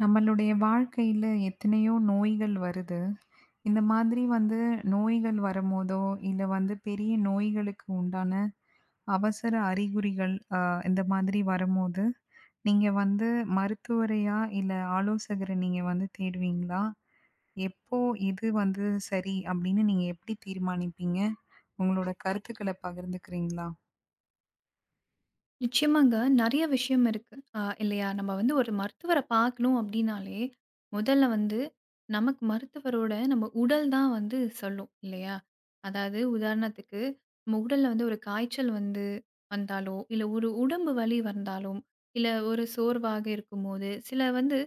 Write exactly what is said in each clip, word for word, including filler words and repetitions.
நம்மளுடைய வாழ்க்கையில எத்தனையோ நோய்கள் வருது. இந்த மாதிரி வந்து நோய்கள் வரும்போதோ, இல்ல வந்து பெரிய நோய்களுக்கு உண்டான அவசர அறிகுறிகள் அ இந்த மாதிரி வரும்போது, நீங்க வந்து மருத்துவரையா இல்ல ஆலோசகர நீங்க வந்து தேடுவீங்களா? எப்போ எது வந்து சரி அப்படின்னு நீங்க எப்படி தீர்மானிப்பீங்க? உங்களோட கருத்துக்கள பகிர்ந்துக்கிறீங்களா? நிச்சயமாங்க. நெறைய விஷயம் இருக்கு. அ இல்லையா? நம்ம வந்து ஒரு மருத்துவர பார்க்கணும் அப்டின்னாலே, முதல்ல வந்து நமக்கு மருத்துவரோட நம்ம உடல் தான் வந்து சொல்லும் இல்லையா? அதாவது உதாரணத்துக்கு நம்ம உடல்ல வந்து ஒரு காய்ச்சல் வந்து வந்தாலோ, இல்ல ஒரு உடம்பு வலி வந்தாலும், இல்ல ஒரு சோர்வாக இருக்கும்போது, சில வந்து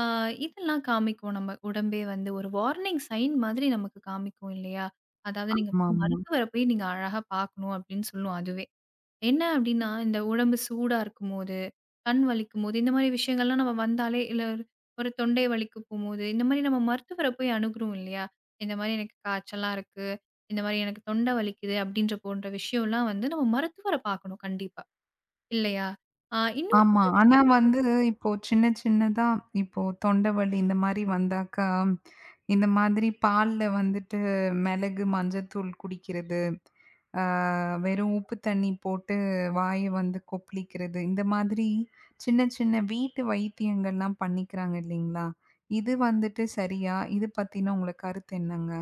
அ இதெல்லாம் காமிக்கும் நம்ம உடம்பே வந்து ஒரு வார்னிங் சைன் மாதிரி நமக்கு காமிக்கும் இல்லையா? அதாவது நீங்க போய் ஆமாமா. மருத்துவர போய் நீங்க அழகா பார்க்கணும் அப்டின்னு சொல்லும் அதுவே. என்ன அப்டின்னா, இந்த உடம்பு சூடா இருக்கும்போது, கண் வலிக்கும்போது, இந்த மாரி விஷயங்கள்லாம் நம்ம வந்தாலே இல்ல ஒரு ஒரு தொண்டை வலிக்கு போம்போது, இந்த மாரி நம்ம மருத்துவர போய் அணுகுறோம் இல்லையா? இந்த மாரி எனக்கு காய்ச்சலா இருக்கு. இந்த மாரி எனக்கு தொண்டை வலிக்குது அப்டின்ற போன்ற விஷயம்லாம் வந்து நம்ம மருத்துவர பார்க்கணும் கண்டிப்பா. இல்லையா? ஆ இன்னும் ஆமா. ஒரு சில ஆனா விஷயம். வந்து இப்போ சின்ன சின்னதா இப்போ தொண்டை வலி இந்த மாரி வந்தாக்கா, இந்த மாதிரி பால்ல வந்துட்டு மிளகு, மஞ்சத்தூள் குடிக்கிறது, ஆ வெறும் உப்பு தண்ணி போட்டு வாய வந்து கொப்பளிக்கிறது. இந்த மாதிரி சின்ன சின்ன வீட்டு வைத்தியங்கள்லாம் பண்ணிக்கிறாங்க இல்லைங்களா? இது வந்துட்டு சரியா? இது பத்தின உங்களோட கருத்து என்னங்க?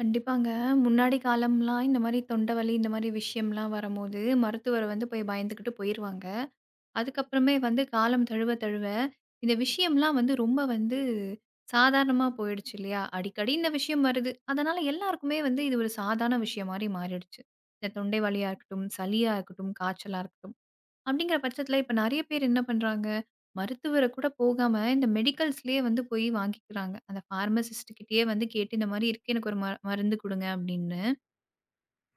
கண்டிப்பாங்க. முன்னாடி காலம்லாம் இந்த மாரி தொண்டை வலி இந்த மாரி விஷயம்லாம் வரும்போது, மருத்துவர வந்து போய் பயந்துகிட்டு போயிருவாங்க. அதுக்கப்புறமே வந்து காலம் தழுவ தழுவ, இந்த விஷயம்லாம் வந்து ரொம்ப வந்து சாதாரணமா போயிடுச்சு இல்லையா? அடிக்கடி இந்த விஷயம் வருது. அதனால எல்லாருக்குமே வந்து இது ஒரு சாதாரண விஷயம் மாரி மாறிடுச்சு. இந்த தொண்டை வலியா இருக்கட்டும், சளியா இருக்கட்டும், காய்ச்சலா இருக்கட்டும். அப்படிங்கிற பட்சத்தில இப்ப நெறைய பேர் என்ன பண்றாங்க? மருத்துவர கூட போகாம இந்த மெடிக்கல்ஸ்லயே வந்து போய் வாங்கிக்கிறாங்க. அந்த பார்மசிஸ்ட் கிட்டயே வந்து கேட்டு இந்த மாரி இருக்கு எனக்கு ஒரு ம மருந்து குடுங்க அப்படின்னு.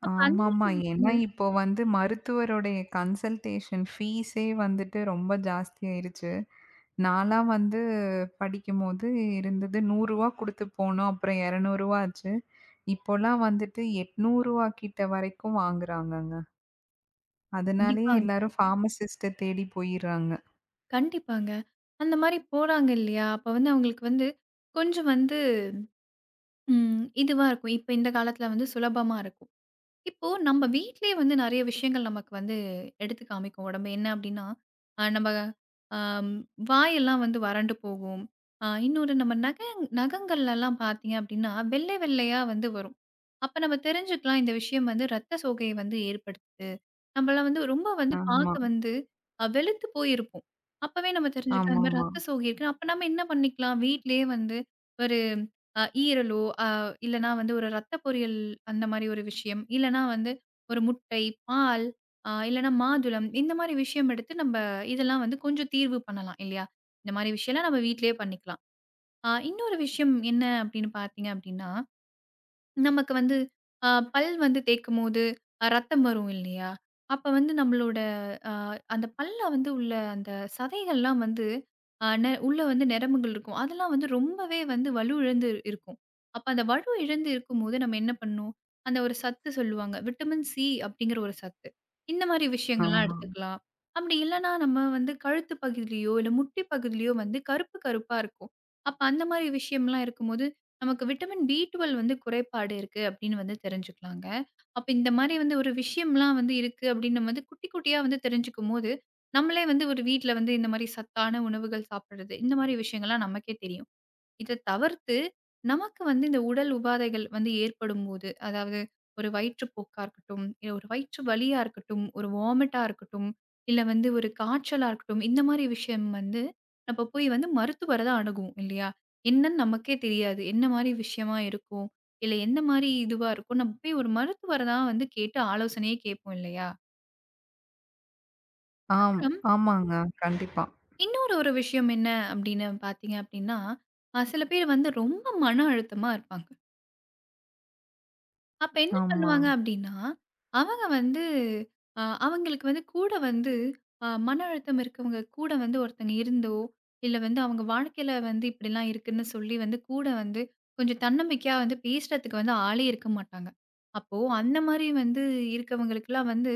அப்ப அந்த ஆமாமா. மாரி ஏன்னா விஷயங்கள். இப்போ வந்து மருத்துவருடைய கன்சல்டேஷன் ஃபீஸே வந்துட்டு ரொம்ப ஜாஸ்தியாயிருச்சு. நான்லாம் வந்து படிக்கும்போது இருந்தது ரூ. நூறு குடுத்து போனோம். அப்புறம் ரூ. இருநூறு ஆச்சு. இப்போலாம் வந்துட்டு ரூ. எண்ணூறு கிட்ட வரைக்கும் வாங்குறாங்கங்க. அதனாலேயே கண்டிப்பாங்க. எல்லாரும் ஃபார்மசிஸ்ட்ட தேடி போயிர்றாங்க. கண்டிப்பாங்க. அந்த மாரி போறாங்க இல்லையா? அப்ப வந்து அவங்களுக்கு வந்து கொஞ்சம் வந்து ம் இதுவா இருக்கும். இப்ப இந்த காலத்துல வந்து சுலபமா இருக்கும். இப்போ நம்ம வீட்டிலேயே வந்து நிறைய விஷயங்கள் நமக்கு வந்து எடுத்து காமிக்கும் உடம்பு. என்ன அப்படின்னா, அ நம்ம அம் வாயெல்லாம் வந்து வறண்டு போகும். அ இன்னொரு நம்ம நக நகங்கள்லலாம் பார்த்தீங்க அப்படின்னா, வெள்ளை வெள்ளையா வந்து வரும். அப்ப நம்ம தெரிஞ்சுக்கலாம் இந்த விஷயம் வந்து ரத்த சோகையை வந்து ஏற்படுத்துது. நம்மலாம் வந்து ரொம்ப வந்து ஆமா. பார்க்க வந்து அ வெளுத்து போயிருப்போம். அப்பவே நம்ம தெரிஞ்சுக்கலாம் இந்த மாதிரி ஆமாமா. ரத்த சோகை இருக்குன்னு. அப்ப நம்ம என்ன பண்ணிக்கலாம்? வீட்டிலேயே வந்து ஒரு அ ஈரலோ இல்லன்னா வந்து ஒரு ரத்த பொரியல், அந்த மாரி ஒரு விஷயம். இல்லன்னா வந்து ஒரு முட்டை, பால், அ இல்லன்னா மாதுளம், இந்த மாரி விஷயம் எடுத்து நம்ப இதெல்லாம் வந்து கொஞ்சம் தீர்வு பண்ணலாம் இல்லையா? இந்த மாரி விஷயம்லாம் நம்ம வீட்லயே பண்ணிக்கலாம். அ இன்னொரு விஷயம் என்ன அப்படின்னு பார்த்தீங்க அப்படின்னா, நமக்கு வந்து அ பல் வந்து தேய்க்கும்போது, அ ரத்தம் வரும் இல்லையா? அப்ப வந்து நம்மளோட அ அந்த பல்ல வந்து உள்ள அந்த சதைகள்லாம் வந்து அ நெ உள்ள வந்து நரம்புகள் இருக்கும். அதெல்லாம் வந்து ரொம்பவே வந்து வலு இழந்து இருக்கும். அப்ப அந்த வலு இழந்து இருக்கும்போது நம்ம என்ன பண்ணணும்? அந்த ஒரு சத்து சொல்லுவாங்க. விட்டமின் சி அப்படிங்கிற ஒரு சத்து. இந்த மாரி விஷயங்கள்லாம் ஆமா. எடுத்துக்கலாம். அப்படி இல்லன்னா நம்ம வந்து கழுத்து பகுதியிலயோ, இல்ல முட்டி பகுதியிலயோ வந்து கருப்பு கருப்பா இருக்கும். அப்ப அந்த மாரி விஷயம்லாம் இருக்கும்போது நமக்கு விட்டமின் பி ட்வெல்வ் வந்து குறைபாடு இருக்கு அப்படின்னு வந்து தெரிஞ்சுக்கலாங்க. அப்ப இந்த மாரி வந்து ஒரு விஷயம்லாம் வந்து இருக்கு அப்படின்னு நம்ம வந்து குட்டி குட்டியா வந்து தெரிஞ்சுக்கும்போது, நம்மளே வந்து ஒரு வீட்ல வந்து இந்த மாரி சத்தான உணவுகள் சாப்பிடுறது, இந்த மாரி விஷயங்கள்லாம் நமக்கே தெரியும். இத தவிர்த்து, நமக்கு வந்து இந்த உடல் உபாதைகள் வந்து ஏற்படும்போது, அதாவது ஒரு வயிற்றுப்போக்கா இருக்கட்டும், இல்ல ஒரு வயிற்று வலியா இருக்கட்டும், ஒரு வாமிட்டா இருக்கட்டும், இல்ல வந்து ஒரு காய்ச்சலா இருக்கட்டும், இந்த மாரி விஷயம் வந்து நம்ம போய் வந்து மருத்துவர தான் அணுகுவோம் இல்லையா? என்னன்னு நமக்கே தெரியாது. என்ன மாரி விஷயமா இருக்கும்? இல்ல எந்த மாரி இதுவா இருக்கும்? நம்ம போய் ஒரு மருத்துவர தான் வந்து கேட்டு ஆலோசனையே கேட்போம் இல்லையா? ஆம். அப்புறம் ஆமாங்க. கண்டிப்பா. இன்னொரு ஒரு விஷயம் என்ன அப்படின்னு பார்த்தீங்க அப்படின்னா, அ சில பேர் வந்து ரொம்ப மன அழுத்தமா இருப்பாங்க. அப்ப என்ன ஆமா. பண்ணுவாங்க அப்டின்னா, அவங்க வந்து அ அவங்களுக்கு வந்து கூட வந்து அ மன அழுத்தம் இருக்கவங்க கூட வந்து ஒருத்தங்க இருந்தோ, இல்ல வந்து அவங்க வாழ்க்கையில வந்து இப்படிலாம் இருக்குன்னு சொல்லி வந்து கூட வந்து கொஞ்சம் தன்னம்பிக்கையா வந்து பேசுறதுக்கு வந்து ஆளே இருக்க மாட்டாங்க. அப்போ அந்த மாரி வந்து இருக்கவங்களுக்கெல்லாம் வந்து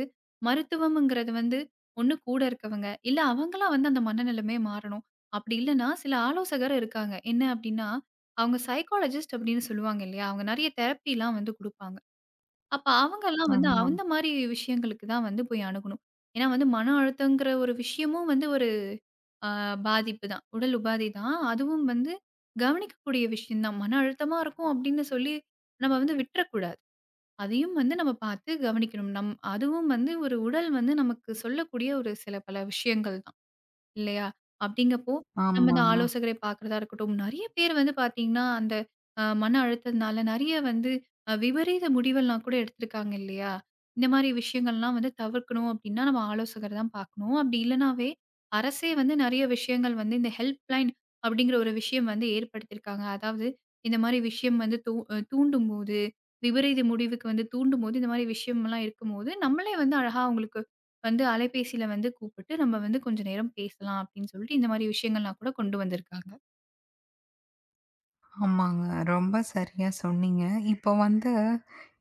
மருத்துவம்ங்கிறது வந்து ஒண்ணு கூட இருக்கவங்க, இல்ல அவங்களா வந்து அந்த மனநிலைமை மாறணும். அப்படி இல்லன்னா சில ஆலோசகர் இருக்காங்க. என்ன அப்டின்னா, அவங்க சைக்காலஜிஸ்ட் அப்படின்னு சொல்லுவாங்க இல்லையா? அவங்க நெறைய தெரப்பிலாம் வந்து குடுப்பாங்க. அப்ப அவங்கலாம் வந்து ஆமா. அந்த மாரி விஷயங்களுக்கு தான் வந்து போய் அணுகணும். ஏன்னா வந்து மன அழுத்தங்கிற ஒரு விஷயமும் வந்து ஒரு அ பாதிப்பு தான். உடல் உபாதை தான். அதுவும் வந்து கவனிக்கக்கூடிய விஷயம் தான். மன அழுத்தமா இருக்கும் அப்படின்னு சொல்லி நம்ம வந்து விட்டுறக்கூடாது. அதையும் வந்து நம்ம பார்த்து கவனிக்கணும். நம் அதுவும் வந்து ஒரு உடல் வந்து நமக்கு சொல்லக்கூடிய ஒரு சில பல விஷயங்கள் தான். இல்லையா? அப்படிங்கப்போ, நம்ம தான் ஆமாங்க. ஆலோசகரை பார்க்கிறதா இருக்கட்டும், நெறைய பேர் வந்து பார்த்தீங்கன்னா, அந்த அ மன அழுத்தத்தினால நெறைய வந்து அ விபரீத முடிவெல்லாம் கூட எடுத்திருக்காங்க இல்லையா? இந்த மாரி விஷயங்கள்லாம் வந்து தவிர்க்கணும் அப்படின்னா, நம்ம ஆலோசகர தான் பார்க்கணும். அப்படி இல்லனாவே, அரசே வந்து நெறைய விஷயங்கள் வந்து இந்த ஹெல்ப் லைன் அப்படிங்கிற ஒரு விஷயம் வந்து ஏற்படுத்தியிருக்காங்க. அதாவது இந்த மாரி விஷயம் வந்து தூ அ தூண்டும்போது, விபரீத முடிவுக்கு வந்து தூண்டும்போது, இந்த மாரி விஷயம்லாம் இருக்கும்போது, நம்மளே வந்து அழகா அவங்களுக்கு வந்து அலைபேசியில வந்து கூப்பிட்டு, நம்ம வந்து கொஞ்ச நேரம் பேசலாம் அப்படின்னு சொல்லிட்டு, இந்த மாரி விஷயங்கள்லாம் கூட கொண்டு வந்திருக்காங்க. ஆமாங்க. ரொம்ப சரியா சொன்னீங்க. இப்போ வந்து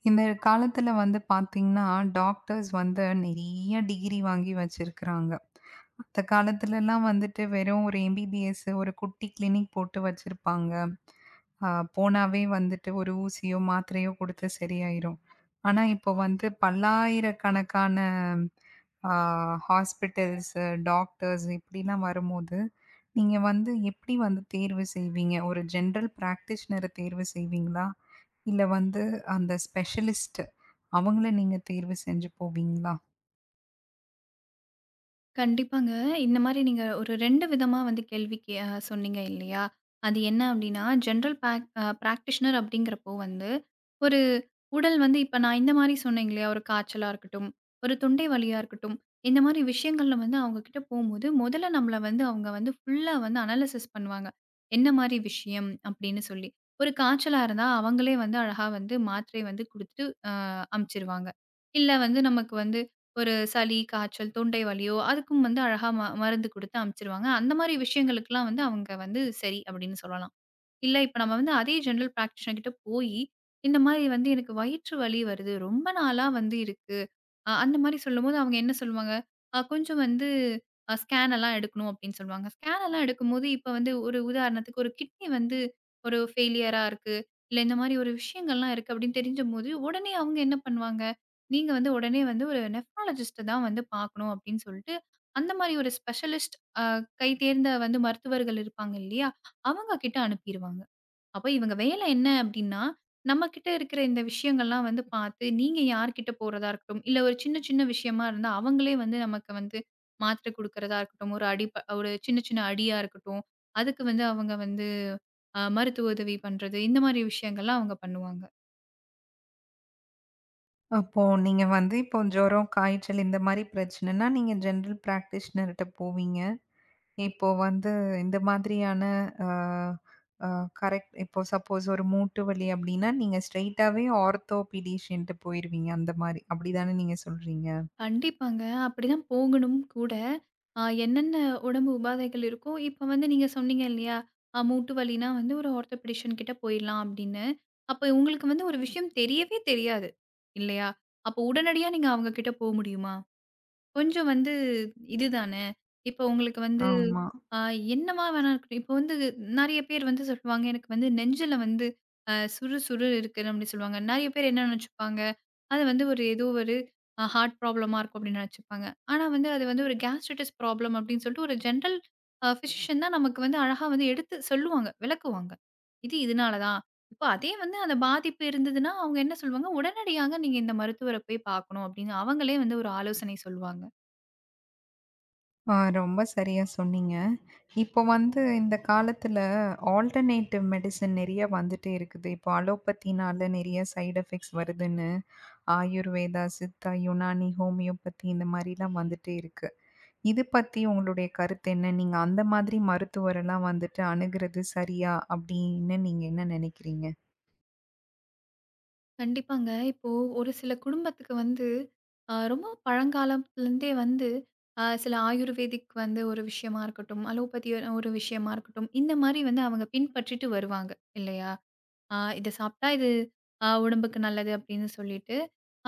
இந்த காலத்துல வந்து பார்த்தீங்கன்னா, டாக்டர்ஸ் வந்து நெறைய டிகிரி வாங்கி வச்சிருக்கிறாங்க. அந்த காலத்துலலாம் வந்துட்டு வெறும் ஒரு எம்பிபிஎஸ் ஒரு குட்டி கிளினிக் போட்டு வச்சிருப்பாங்க. அ போனாவே வந்துட்டு ஒரு ஊசியோ, மாத்திரையோ குடுத்து சரியாயிரும். ஆனா, இப்போ வந்து பல்லாயிரக்கணக்கான ஆ ஹாஸ்பிட்டல்ஸு, டாக்டர்ஸ் இப்படிலாம் வரும்போது, நீங்க வந்து எப்படி வந்து தேர்வு செய்வீங்க? ஒரு ஜெனரல் பிராக்டிஷனர தேர்வு செய்வீங்களா? இல்ல வந்து அந்த ஸ்பெஷலிஸ்ட் அவங்கள நீங்க தேர்வு செஞ்சு போவீங்களா? கண்டிப்பாங்க. இந்த மாரி நீங்க ஒரு ரெண்டு விதமா வந்து கேள்வி கே அ சொன்னீங்க இல்லையா? அது என்ன அப்டின்னா, ஜெனரல் பேக் அ பிராக்டிஷனர் அப்டிங்கிறப்போ வந்து, ஒரு உடல் வந்து இப்ப நான் இந்த மாரி சொன்னேங்க இல்லையா? ஒரு காய்ச்சலா இருக்கட்டும், ஒரு தொண்டை வலியா இருக்கட்டும், இந்த மாரி விஷயங்கள்ல வந்து அவங்க கிட்ட போம்போது, முதல்ல நம்மள வந்து அவங்க வந்து ஃபுல்லா வந்து அனலைசிஸ் பண்ணுவாங்க. என்ன மாரி விஷயம் அப்டின்னு சொல்லி. ஒரு காய்ச்சலா இருந்தா, அவங்களே வந்து அழகா வந்து மாத்திரை வந்து குடுத்துட்டு அ அனுப்பிச்சிருவாங்க. இல்ல வந்து நமக்கு வந்து ஒரு சளி, காய்ச்சல், தொண்டை வலியோ, அதுக்கும் வந்து அழகா ம மருந்து குடுத்து அனுப்பிச்சுருவாங்க. அந்த மாரி விஷயங்களுக்கெல்லாம் வந்து அவங்க வந்து சரி அப்படின்னு சொல்லலாம். இல்ல இப்ப நம்ம வந்து அதே ஜெனரல் பிராக்டிஷனர் கிட்ட போயி, இந்த மாரி வந்து எனக்கு வயிற்று வலி வருது. ரொம்ப நாளா வந்து இருக்கு. அ அந்த மாரி சொல்லும்போது அவங்க என்ன சொல்லுவாங்க, அ கொஞ்சம் வந்து அ ஸ்கேன் எல்லாம் எடுக்கணும் அப்படின்னு சொல்லுவாங்க. ஸ்கேன் எல்லாம் எடுக்கும்போது இப்ப வந்து ஒரு உதாரணத்துக்கு ஒரு கிட்னி வந்து ஒரு ஃபெயிலியரா இருக்கு. இல்ல இந்த மாரி ஒரு விஷயங்கள்லாம் இருக்கு அப்படின்னு தெரிஞ்சம்போது, உடனே அவங்க என்ன பண்ணுவாங்க, நீங்க வந்து உடனே வந்து ஒரு நெஃப்ராலஜிஸ்ட்ட தான் வந்து பார்க்கணும் அப்படின்னு சொல்லிட்டு, அந்த மாரி ஒரு ஸ்பெஷலிஸ்ட் அ கை தேர்ந்த வந்து மருத்துவர்கள் இருப்பாங்க இல்லையா? அவங்க கிட்ட அனுப்பிருவாங்க. அப்ப இவங்க வேலை என்ன அப்டின்னா, நம்மகிட்ட இருக்கிற இந்த விஷயங்கள்லாம் வந்து பார்த்து, நீங்க யார்கிட்ட போறதா இருக்கட்டும், இல்ல ஒரு சின்ன சின்ன விஷயமா இருந்தா, அவங்களே வந்து நமக்கு வந்து மாத்திரை குடுக்கிறதா இருக்கட்டும், ஒரு அடி ப ஒரு சின்ன சின்ன அடியா இருக்கட்டும், அதுக்கு வந்து அவங்க வந்து அ மருத்துவ உதவி பண்றது, இந்த மாரி விஷயங்கள்லாம் அவங்க பண்ணுவாங்க. அப்போ நீங்க வந்து இப்போ ஜுரம், காய்ச்சல் இந்த மாரி பிரச்சனைன்னா, நீங்க ஜெனரல் பிராக்டிஷனர்ட்ட போவீங்க. இப்போ வந்து இந்த மாதிரியான அ அ கரெக்ட் இப்போ சப்போஸ் ஒரு மூட்டு வலி அப்டின்னா, நீங்க ஸ்ட்ரெய்ட்டாவே ஆர்த்தோபீடிஷியன்ட்ட போயிருவீங்க அந்த மாரி. அப்டிதானே நீங்க சொல்றீங்க? கண்டிப்பாங்க. அப்படிதான் போகணும் கூட. அ என்னென்ன உடம்பு உபாதைகள் இருக்கோ, இப்ப வந்து நீங்க சொன்னீங்க இல்லையா? அ மூட்டு வலினா வந்து ஒரு ஆர்த்தோபெடிஷியன் கிட்ட போயிடலாம் அப்படின்னு. அப்ப உங்களுக்கு வந்து ஒரு விஷயம் தெரியவே தெரியாது. இல்லையா? அப்போ உடனடியா நீங்க அவங்க கிட்ட போ முடியுமா? கொஞ்சம் வந்து இதுதானே. இப்போ உங்களுக்கு வந்து ஆமா. அ என்னவா வேணா இருக்கட்டும். இப்போ வந்து நெறைய பேர் வந்து சொல்லுவாங்க, எனக்கு வந்து நெஞ்சில வந்து அ சுறு சுறு இருக்குன்னு அப்டி சொல்லுவாங்க. நெறைய பேர் என்ன நெனச்சுப்பாங்க, அது வந்து ஒரு ஏதோ ஒரு அ ஹார்ட் ப்ராப்ளமா இருக்கும் அப்டின்னு நெனச்சுப்பாங்க. ஆனா வந்து அது வந்து ஒரு கேஸ்ட்ரைட்டிஸ் ப்ராப்ளம் அப்டின்னு சொல்லிட்டு ஒரு ஜென்ரல் அ பிசிஷியன் தான் நமக்கு வந்து அழகா வந்து எடுத்து சொல்லுவாங்க, விளக்குவாங்க. இது இதனால தான். இப்போ அதே வந்து அந்த பாதிப்பு இருந்ததுன்னா, அவங்க என்ன சொல்லுவாங்க, உடனடியாக நீங்க இந்த மருத்துவர போய் பார்க்கணும் அப்டின்னு அவங்களே வந்து ஒரு ஆலோசனை சொல்லுவாங்க. ஆ ரொம்ப சரியா சொன்னீங்க. இப்போ வந்து இந்த காலத்துல ஆல்டர்னேட்டிவ் மெடிசின் நெறைய வந்துட்டே இருக்குது. இப்போ அலோபதினால நெறைய சைட் எஃபெக்ட்ஸ் வருதுன்னு, ஆயுர்வேதா, சித்தா, யுனானி, ஹோமியோபதி இந்த மாரிலாம் வந்துட்டே இருக்கு. இது பத்தி உங்களுடைய கருத்து என்ன? நீங்க அந்த மாதிரி மருத்துவரெல்லாம் வந்துட்டு அணுகுறது சரியா? அப்படின்னு நீங்க என்ன நெனைக்கிறீங்க? கண்டிப்பாங்க. இப்போ ஒரு சில குடும்பத்துக்கு வந்து அ ரொம்ப பழங்காலத்துலேருந்தே வந்து அ சில ஆயுர்வேதிக் வந்து ஒரு விஷயமா இருக்கட்டும், அலோபதி ஒரு ஒரு விஷயமா இருக்கட்டும், இந்த மாரி வந்து அவங்க பின்பற்றிட்டு வருவாங்க இல்லையா? அ இத சாப்பிட்டா இது அ உடம்புக்கு நல்லது அப்படின்னு சொல்லிட்டு,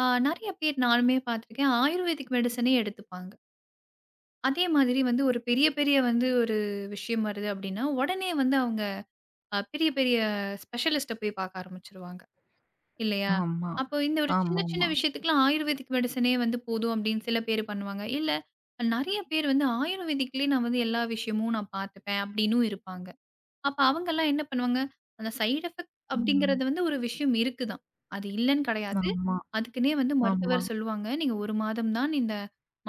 அ நெறைய பேர் நானுமே பார்த்துருக்கேன். ஆயுர்வேதிக் மெடிசனே எடுத்துப்பாங்க. அதே மாதிரி வந்து ஒரு பெரிய பெரிய வந்து ஒரு விஷயம் வருது அப்படின்னா, உடனே வந்து அவங்க அ பெரிய பெரிய ஸ்பெஷலிஸ்ட்ட போய் பார்க்க ஆரம்பிச்சுருவாங்க. இல்லையா? ஆமா. அப்போ இந்த ஒரு சின்ன சின்ன ஆமாமா. விஷயத்துக்குலாம் ஆயுர்வேதிக் மெடிசனே வந்து போதும் அப்படின்னு சில பேர் பண்ணுவாங்க. இல்ல நெறைய பேர் வந்து ஆயுர்வேதிக்லயே நான் வந்து எல்லா விஷயமும் நான் பார்த்துப்பேன் அப்படின்னும் இருப்பாங்க. அப்ப அவங்கலாம் என்ன பண்ணுவாங்க, அந்த சைட் எஃபெக்ட் ம். அப்படிங்கிறது வந்து ஒரு விஷயம் இருக்கு தான். அது இல்லன்னு கிடையாது. ஆமா, அதுக்குன்னே வந்து ஆமா, மருத்துவர் சொல்லுவாங்க. நீங்க ஒரு மாதம் தான் இந்த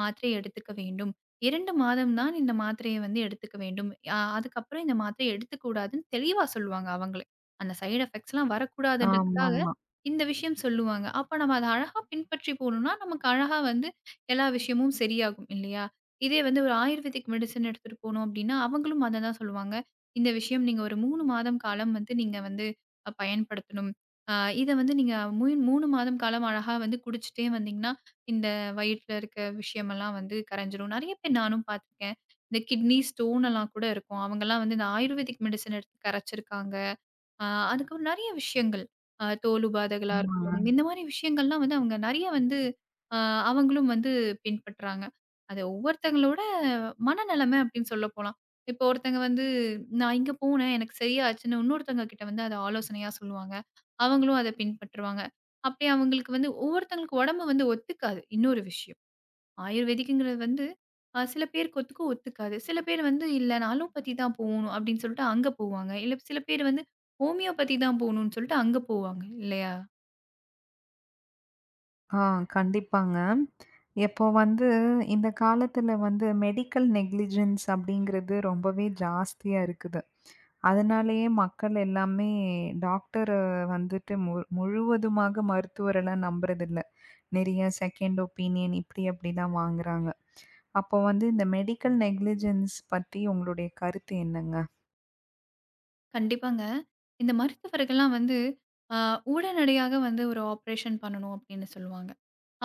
மாத்திரையை எடுத்துக்க வேண்டும். ரெண்டு மாதம் தான் இந்த மாத்திரையை வந்து எடுத்துக்க வேண்டும். அ அதுக்கப்புறம் இந்த மாத்திரையை எடுத்துக்கூடாதுன்னு தெளிவா சொல்லுவாங்க அவங்களே. அந்த சைட் எஃபெக்ட்ஸ்லாம் வரக்கூடாதுன்றதுக்காக ஆமாமா. இந்த விஷயம் சொல்லுவாங்க. அப்ப நம்ம அத அழகா பின்பற்றி போனோம்னா, நமக்கு அழகா வந்து எல்லா விஷயமும் சரியாகும் இல்லையா? இதே வந்து ஒரு ஆயுர்வேதிக் மெடிசின் எடுத்துட்டு போனோம் அப்படின்னா, அவங்களும் அத தான் சொல்லுவாங்க. இந்த விஷயம் நீங்க ஒரு மூணு மாதம் காலம் வந்து நீங்க வந்து அ பயன்படுத்தணும். அ இத வந்து நீங்க மூ மூணு மாதம் காலம் அழகா வந்து குடிச்சிட்டே வந்தீங்கன்னா, இந்த வயித்துல இருக்க விஷயமெல்லாம் வந்து கரைஞ்சிரும். நெறைய பேர் நானும் பார்த்துருக்கேன். இந்த கிட்னி ஸ்டோன் எல்லாம் கூட இருக்கும். அவங்கலாம் வந்து இந்த ஆயுர்வேதிக் மெடிசன் எடுத்து கரைச்சிருக்காங்க. ஆ அதுக்கப்புறம் நெறைய விஷயங்கள். அ தோல் உபாதைகளா ஆமா. ஆமா இருக்கட்டும், இந்த மாரி விஷயங்கள்லாம் வந்து அவங்க நெறைய வந்து அ அவங்களும் வந்து பின்பற்றாங்க. அது ஒவ்வொருத்தங்களோட மனநெலைமை அப்படின்னு சொல்ல போலாம். இப்போ ஒருத்தங்க வந்து நான் இங்க போனேன், எனக்கு சரியாச்சுன்னு இன்னொருத்தவங்க கிட்ட வந்து அத ஆலோசனையா சொல்லுவாங்க. அவங்களும் அத பின்பற்றுவாங்க. அப்படி அவங்களுக்கு வந்து ஒவ்வொருத்தங்களுக்கு உடம்பு வந்து ஒத்துக்காது. இன்னொரு விஷயம். ஆயுர்வேதிக்குங்கிறது வந்து அ சில பேருக்கு ஒத்துக்கு ஒத்துக்காது. சில பேர் வந்து இல்ல நான் அலோபதி தான் போணும் அப்படின்னு சொல்லிட்டு அங்க போவாங்க. இல்ல சில பேர் வந்து ஹோமியோபதி தான் போணும்னு சொல்லிட்டு அங்க போவாங்க இல்லையா? ஆ கண்டிப்பாங்க. இப்போ வந்து இந்த காலத்துல வந்து மெடிக்கல் நெக்லிஜென்ஸ் அப்படிங்கிறது ரொம்பவே ஜாஸ்தியா இருக்குது. அதனாலேயே மக்கள் எல்லாமே டாக்டர வந்துட்டு மு முழுவதுமாக மருத்துவரெல்லாம் நம்புறதில்ல. நிறைய செகண்ட் ஒப்பீனியன் இப்படி அப்படிலாம் வாங்குறாங்க. அப்போ வந்து இந்த மெடிக்கல் நெக்லிஜென்ஸ் பத்தி உங்களுடைய கருத்து என்னங்க? கண்டிப்பாங்க. இந்த மருத்துவர்கள்லாம் வந்து அ உடனடியாக வந்து ஒரு ஆப்ரேஷன் பண்ணணும் அப்படின்னு சொல்லுவாங்க.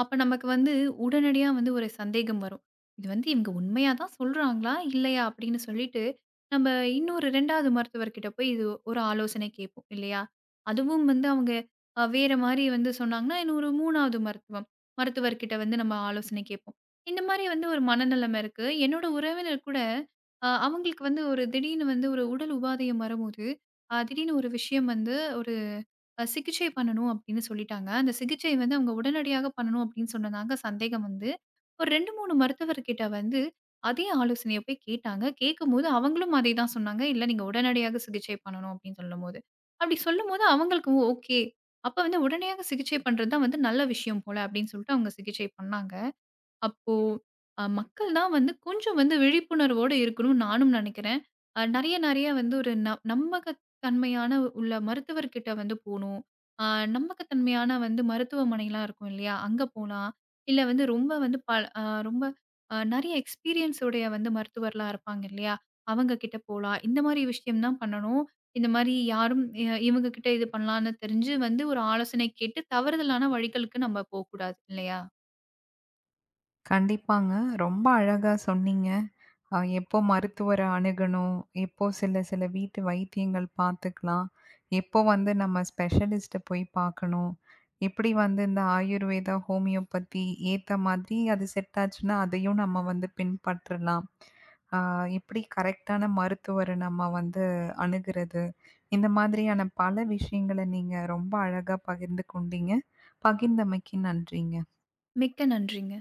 அப்ப நமக்கு வந்து உடனடியா வந்து ஒரு சந்தேகம் வரும். இது வந்து இவங்க உண்மையா தான் சொல்றாங்களா? இல்லையா? அப்படின்னு சொல்லிட்டு, நம்ம இன்னொரு ரெண்டாவது மருத்துவர்கிட்ட போய் இது ஒரு ஆலோசனை கேட்போம் இல்லையா? அதுவும் வந்து அவங்க அ வேற மாரி வந்து சொன்னாங்கன்னா, இன்னொரு மூணாவது மருத்துவம் மருத்துவர்கிட்ட வந்து நம்ம ஆலோசனை கேட்போம். இந்த மாரி வந்து ஒரு மனநெலைமை இருக்கு. என்னோட உறவினர் கூட அ அவங்களுக்கு வந்து ஒரு திடீர்னு வந்து ஒரு உடல் உபாதையம் வரும்போது, அ திடீர்னு ஒரு விஷயம் வந்து ஒரு அ சிகிச்சை பண்ணணும் அப்படின்னு சொல்லிட்டாங்க. அந்த சிகிச்சை வந்து அவங்க உடனடியாக பண்ணணும் அப்படின்னு சொன்னதாங்க சந்தேகம் வந்து, ஒரு ரெண்டு, மூணு மருத்துவர்கிட்ட வந்து அதே ஆலோசனைய போய் கேட்டாங்க. கேட்கும்போது அவங்களும் அதே தான் சொன்னாங்க. "இல்ல நீங்க உடனடியாக சிகிச்சை பண்ணணும்" அப்படின்னு சொல்லும்போது. அப்படி சொல்லும்போது அவங்களுக்கு ஓ ஓகே. அப்ப வந்து உடனடியாக சிகிச்சை பண்றது தான் வந்து நல்ல விஷயம் போல அப்படின்னு சொல்லிட்டு அவங்க சிகிச்சை பண்ணாங்க. அப்போ அ மக்கள் தான் வந்து கொஞ்சம் வந்து விழிப்புணர்வோட இருக்கணும்னு நானும் நினைக்கிறேன். அ நெறைய நெறைய வந்து ஒரு ந நம்பகத்தன்மையான உள்ள மருத்துவர்கிட்ட வந்து போணும். அ நம்பகத்தன்மையான வந்து மருத்துவமனைலாம் இருக்கும் இல்லையா? அங்க போலாம். இல்ல வந்து ரொம்ப வந்து ப அ ரொம்ப அ நெறைய எக்ஸ்பீரியன்ஸ் உடைய வந்து மருத்துவர்லாம் இருப்பாங்க இல்லையா? அவங்க கிட்ட போலாம். இந்த மாரி விஷயம் தான் பண்ணணும். இந்த மாரி யாரும் இ இவங்க கிட்ட இது பண்ணலான்னு தெரிஞ்சு வந்து ஒரு ஆலோசனை கேட்டு தவறுதலான வழிகளுக்கு நம்ம போக்கூடாது இல்லையா? கண்டிப்பாங்க. ரொம்ப அழகா சொன்னீங்க. அ எப்போ மருத்துவர அணுகணும்? எப்போ சில சில வீட்டு வைத்தியங்கள் பார்த்துக்கலாம். எப்போ வந்து நம்ம ஸ்பெஷலிஸ்ட்ட போய் பார்க்கணும்? எப்படி வந்து இந்த ஆயுர்வேதா, ஹோமியோபதி ஏத்த மாதிரி அது செட் ஆச்சுன்னா, அதையும் நம்ம வந்து பின்பற்றலாம். ஆ எப்படி கரெக்ட்டான மருத்துவர நம்ம வந்து அணுகுறது? இந்த மாதிரியான பல விஷயங்கள நீங்க ரொம்ப அழகா பகிர்ந்து கொண்டீங்க. பகிர்ந்தமைக்கு நன்றிங்க. மிக்க நன்றிங்க.